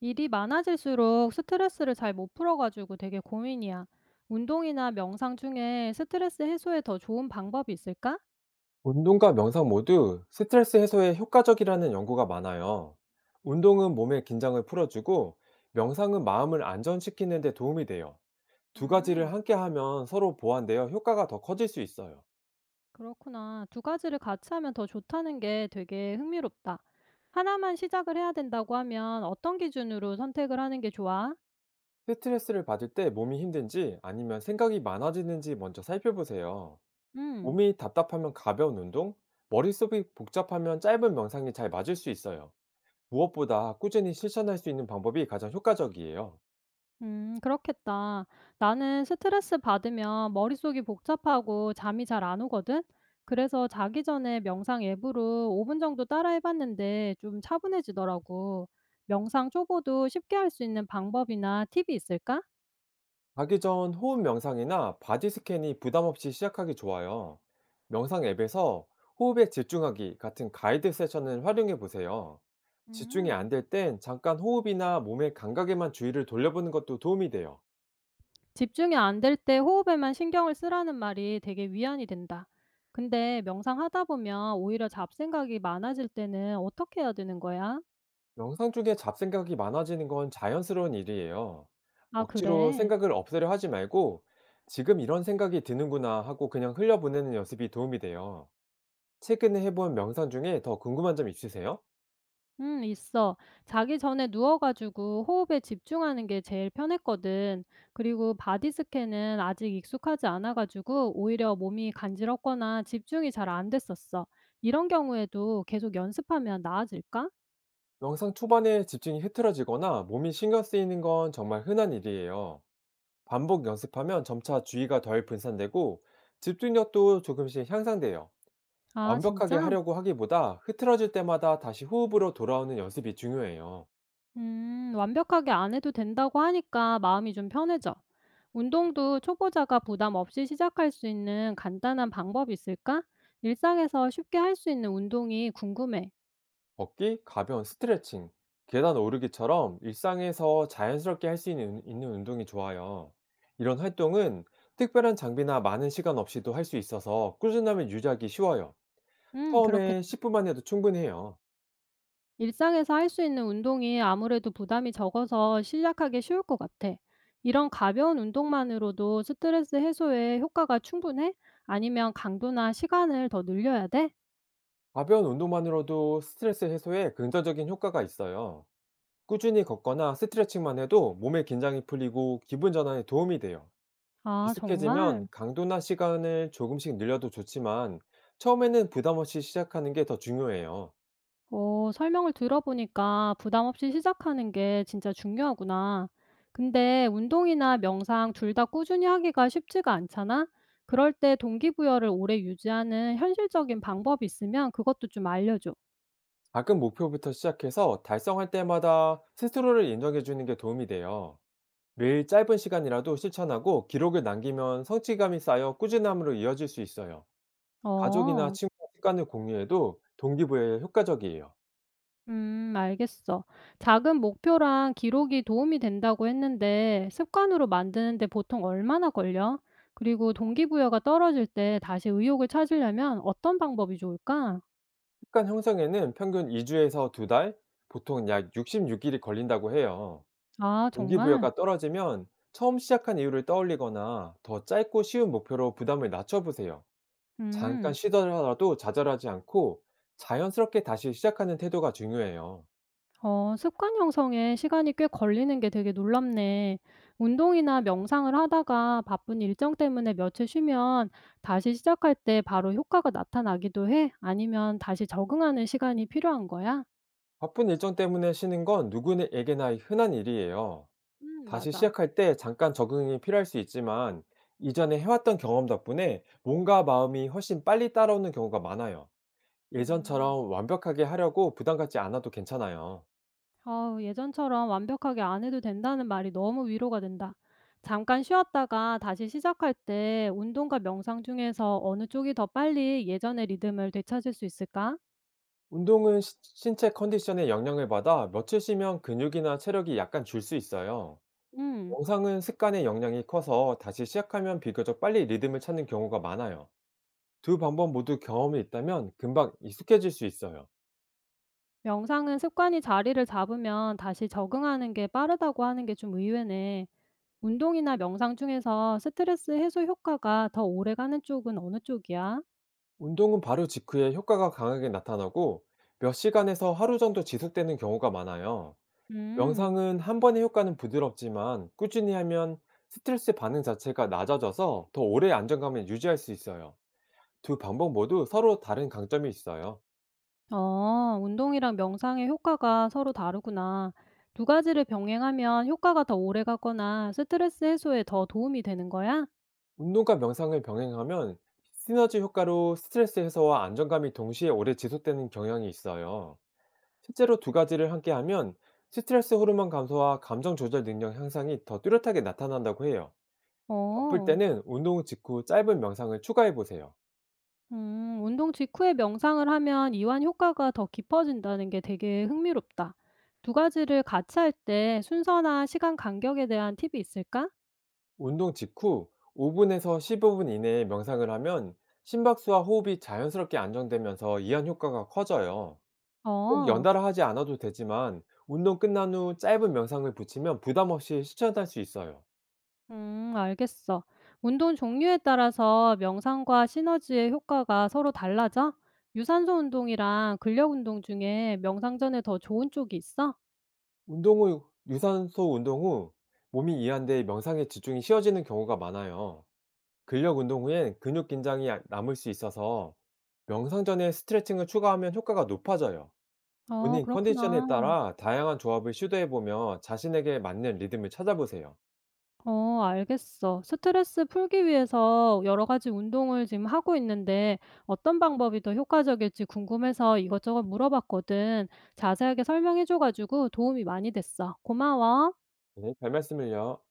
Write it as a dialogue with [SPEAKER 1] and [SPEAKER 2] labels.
[SPEAKER 1] 일이 많아질수록 스트레스를 잘 못 풀어가지고 되게 고민이야. 운동이나 명상 중에 스트레스 해소에 더 좋은 방법이 있을까?
[SPEAKER 2] 운동과 명상 모두 스트레스 해소에 효과적이라는 연구가 많아요. 운동은 몸의 긴장을 풀어주고 명상은 마음을 안전시키는 데 도움이 돼요. 두 가지를
[SPEAKER 1] 음,
[SPEAKER 2] 함께 하면 서로 보완되어 효과가 더 커질 수 있어요.
[SPEAKER 1] 그렇구나. 두 가지를 같이 하면 더 좋다는 게 되게 흥미롭다. 하나만 시작을 해야 된다고 하면 어떤 기준으로 선택을 하는 게 좋아?
[SPEAKER 2] 스트레스를 받을 때 몸이 힘든지 아니면 생각이 많아지는지 먼저 살펴보세요.
[SPEAKER 1] 음.
[SPEAKER 2] 몸이 답답하면 가벼운 운동, 머릿속이 복잡하면 짧은 명상이 잘 맞을 수 있어요. 무엇보다 꾸준히 실천할 수 있는 방법이 가장 효과적이에요.
[SPEAKER 1] 그렇겠다. 나는 스트레스 받으면 머릿속이 복잡하고 잠이 잘 안 오거든? 그래서 자기 전에 명상 앱으로 5분 정도 따라 해봤는데 좀 차분해지더라고. 명상 초보도 쉽게 할 수 있는 방법이나 팁이 있을까?
[SPEAKER 2] 자기 전 호흡 명상이나 바디 스캔이 부담 없이 시작하기 좋아요. 명상 앱에서 호흡에 집중하기 같은 가이드 세션을 활용해 보세요. 집중이 안
[SPEAKER 1] 음,
[SPEAKER 2] 될땐 잠깐 호흡이나 몸의 감각에만 주의를 돌려보는 것도 도움이 돼요.
[SPEAKER 1] 집중이 안 될 때 호흡에만 신경을 쓰라는 말이 되게 위안이 된다. 근데 명상하다 보면 오히려 잡생각이 많아질 때는 어떻게 해야 되는 거야?
[SPEAKER 2] 명상 중에 잡생각이 많아지는 건 자연스러운 일이에요.
[SPEAKER 1] 아,
[SPEAKER 2] 억지로
[SPEAKER 1] 그래?
[SPEAKER 2] 생각을 없애려 하지 말고 지금 이런 생각이 드는구나 하고 그냥 흘려보내는 연습이 도움이 돼요. 최근에 해본 명상 중에 더 궁금한 점 있으세요?
[SPEAKER 1] 있어. 자기 전에 누워 가지고 호흡에 집중하는 게 제일 편했거든. 그리고 바디 스캔은 아직 익숙하지 않아 가지고 오히려 몸이 간지럽거나 집중이 잘 안 됐었어. 이런 경우에도 계속 연습하면 나아질까?
[SPEAKER 2] 영상 초반에 집중이 흐트러지거나 몸이 신경 쓰이는 건 정말 흔한 일이에요. 반복 연습하면 점차 주의가 덜 분산되고 집중력도 조금씩 향상돼요.
[SPEAKER 1] 아, 진짜?
[SPEAKER 2] 완벽하게 하려고 하기보다 흐트러질 때마다 다시 호흡으로 돌아오는 연습이 중요해요.
[SPEAKER 1] 완벽하게 안 해도 된다고 하니까 마음이 좀 편해져. 운동도 초보자가 부담 없이 시작할 수 있는 간단한 방법이 있을까? 일상에서 쉽게 할 수 있는 운동이 궁금해.
[SPEAKER 2] 걷기, 가벼운 스트레칭, 계단 오르기처럼 일상에서 자연스럽게 할 수 있는, 운동이 좋아요. 이런 활동은 특별한 장비나 많은 시간 없이도 할 수 있어서 꾸준함을 유지하기 쉬워요.
[SPEAKER 1] 그렇게
[SPEAKER 2] 처음에 10분만 해도 충분해요.
[SPEAKER 1] 일상에서 할 수 있는 운동이 아무래도 부담이 적어서 시작하기 쉬울 것 같아. 이런 가벼운 운동만으로도 스트레스 해소에 효과가 충분해? 아니면 강도나 시간을 더 늘려야 돼?
[SPEAKER 2] 가벼운 운동만으로도 스트레스 해소에 긍정적인 효과가 있어요. 꾸준히 걷거나 스트레칭만 해도 몸의 긴장이 풀리고 기분 전환에 도움이 돼요.
[SPEAKER 1] 아, 정말?
[SPEAKER 2] 익숙해지면 강도나 시간을 조금씩 늘려도 좋지만 처음에는 부담 없이 시작하는 게 더 중요해요.
[SPEAKER 1] 어, 설명을 들어보니까 부담 없이 시작하는 게 진짜 중요하구나. 근데 운동이나 명상 둘 다 꾸준히 하기가 쉽지가 않잖아? 그럴 때 동기부여를 오래 유지하는 현실적인 방법이 있으면 그것도 좀 알려줘.
[SPEAKER 2] 작은 목표부터 시작해서 달성할 때마다 스스로를 인정해 주는 게 도움이 돼요. 매일 짧은 시간이라도 실천하고 기록을 남기면 성취감이 쌓여 꾸준함으로 이어질 수 있어요. 가족이나
[SPEAKER 1] 어.
[SPEAKER 2] 친구와 습관을 공유해도 동기부여에 효과적이에요.
[SPEAKER 1] 알겠어. 작은 목표랑 기록이 도움이 된다고 했는데 습관으로 만드는데 보통 얼마나 걸려? 그리고 동기부여가 떨어질 때 다시 의욕을 찾으려면 어떤 방법이 좋을까?
[SPEAKER 2] 습관 형성에는 평균 2주에서 2달 달, 보통 약 66 일이 걸린다고 해요.
[SPEAKER 1] 아, 정말?
[SPEAKER 2] 동기부여가 떨어지면 처음 시작한 이유를 떠올리거나 더 짧고 쉬운 목표로 부담을 낮춰보세요. 잠깐
[SPEAKER 1] 음,
[SPEAKER 2] 쉬더라도 좌절하지 않고 자연스럽게 다시 시작하는 태도가 중요해요.
[SPEAKER 1] 어, 습관 형성에 시간이 꽤 걸리는 게 되게 놀랍네. 운동이나 명상을 하다가 바쁜 일정 때문에 며칠 쉬면 다시 시작할 때 바로 효과가 나타나기도 해? 아니면 다시 적응하는 시간이 필요한 거야?
[SPEAKER 2] 바쁜 일정 때문에 쉬는 건 누구에게나 흔한 일이에요. 다시
[SPEAKER 1] 맞아.
[SPEAKER 2] 시작할 때 잠깐 적응이 필요할 수 있지만 이전에 해왔던 경험 덕분에 몸과 마음이 훨씬 빨리 따라오는 경우가 많아요.
[SPEAKER 1] 음,
[SPEAKER 2] 예전처럼 완벽하게 하려고 부담 갖지 않아도 괜찮아요.
[SPEAKER 1] 아우, 예전처럼 완벽하게 안 해도 된다는 말이 너무 위로가 된다. 잠깐 쉬었다가 다시 시작할 때 운동과 명상 중에서 어느 쪽이 더 빨리 예전의 리듬을 되찾을 수 있을까?
[SPEAKER 2] 운동은 신체 컨디션에 영향을 받아 며칠 쉬면 근육이나 체력이 약간 줄 수 있어요.
[SPEAKER 1] 음,
[SPEAKER 2] 영상은 습관의 영향이 커서 다시 시작하면 비교적 빨리 리듬을 찾는 경우가 많아요. 두 방법 모두 경험이 있다면 금방 익숙해질 수 있어요.
[SPEAKER 1] 명상은 습관이 자리를 잡으면 다시 적응하는 게 빠르다고 하는 게 좀 의외네. 운동이나 명상 중에서 스트레스 해소 효과가 더 오래 가는 쪽은 어느 쪽이야?
[SPEAKER 2] 운동은 바로 직후에 효과가 강하게 나타나고 몇 시간에서 하루 정도 지속되는 경우가 많아요.
[SPEAKER 1] 음.
[SPEAKER 2] 명상은 한 번의 효과는 부드럽지만 꾸준히 하면 스트레스 반응 자체가 낮아져서 더 오래 안정감을 유지할 수 있어요. 두 방법 모두 서로 다른 강점이 있어요.
[SPEAKER 1] 어, 운동이랑 명상의 효과가 서로 다르구나. 두 가지를 병행하면 효과가 더 오래 가거나 스트레스 해소에 더 도움이 되는 거야?
[SPEAKER 2] 운동과 명상을 병행하면 시너지 효과로 스트레스 해소와 안정감이 동시에 오래 지속되는 경향이 있어요. 실제로 두 가지를 함께 하면 스트레스 호르몬 감소와 감정 조절 능력 향상이 더 뚜렷하게 나타난다고 해요. 바쁠
[SPEAKER 1] 어,
[SPEAKER 2] 때는 운동 직후 짧은 명상을 추가해 보세요.
[SPEAKER 1] 운동 직후에 명상을 하면 이완 효과가 더 깊어진다는 게 되게 흥미롭다. 두 가지를 같이 할 때 순서나 시간 간격에 대한 팁이 있을까?
[SPEAKER 2] 운동 직후 5분에서 15분 이내에 명상을 하면 심박수와 호흡이 자연스럽게 안정되면서 이완 효과가 커져요. 꼭
[SPEAKER 1] 어.
[SPEAKER 2] 연달아 하지 않아도 되지만 운동 끝난 후 짧은 명상을 붙이면 부담 없이 실천할 수 있어요.
[SPEAKER 1] 알겠어. 운동 종류에 따라서 명상과 시너지의 효과가 서로 달라져? 유산소 운동이랑 근력 운동 중에 명상 전에 더 좋은 쪽이 있어?
[SPEAKER 2] 운동 후 유산소 운동 후 몸이 이완돼 명상에 집중이 쉬어지는 경우가 많아요. 근력 운동 후엔 근육 긴장이 아, 남을 수 있어서 명상 전에 스트레칭을 추가하면 효과가 높아져요.
[SPEAKER 1] 어,
[SPEAKER 2] 본인 컨디션에
[SPEAKER 1] 그렇구나.
[SPEAKER 2] 따라 다양한 조합을 시도해 보며 자신에게 맞는 리듬을 찾아보세요.
[SPEAKER 1] 어, 알겠어. 스트레스 풀기 위해서 여러 가지 운동을 지금 하고 있는데 어떤 방법이 더 효과적일지 궁금해서 이것저것 물어봤거든. 자세하게 설명해줘가지고 도움이 많이 됐어. 고마워.
[SPEAKER 2] 네, 별 말씀을요.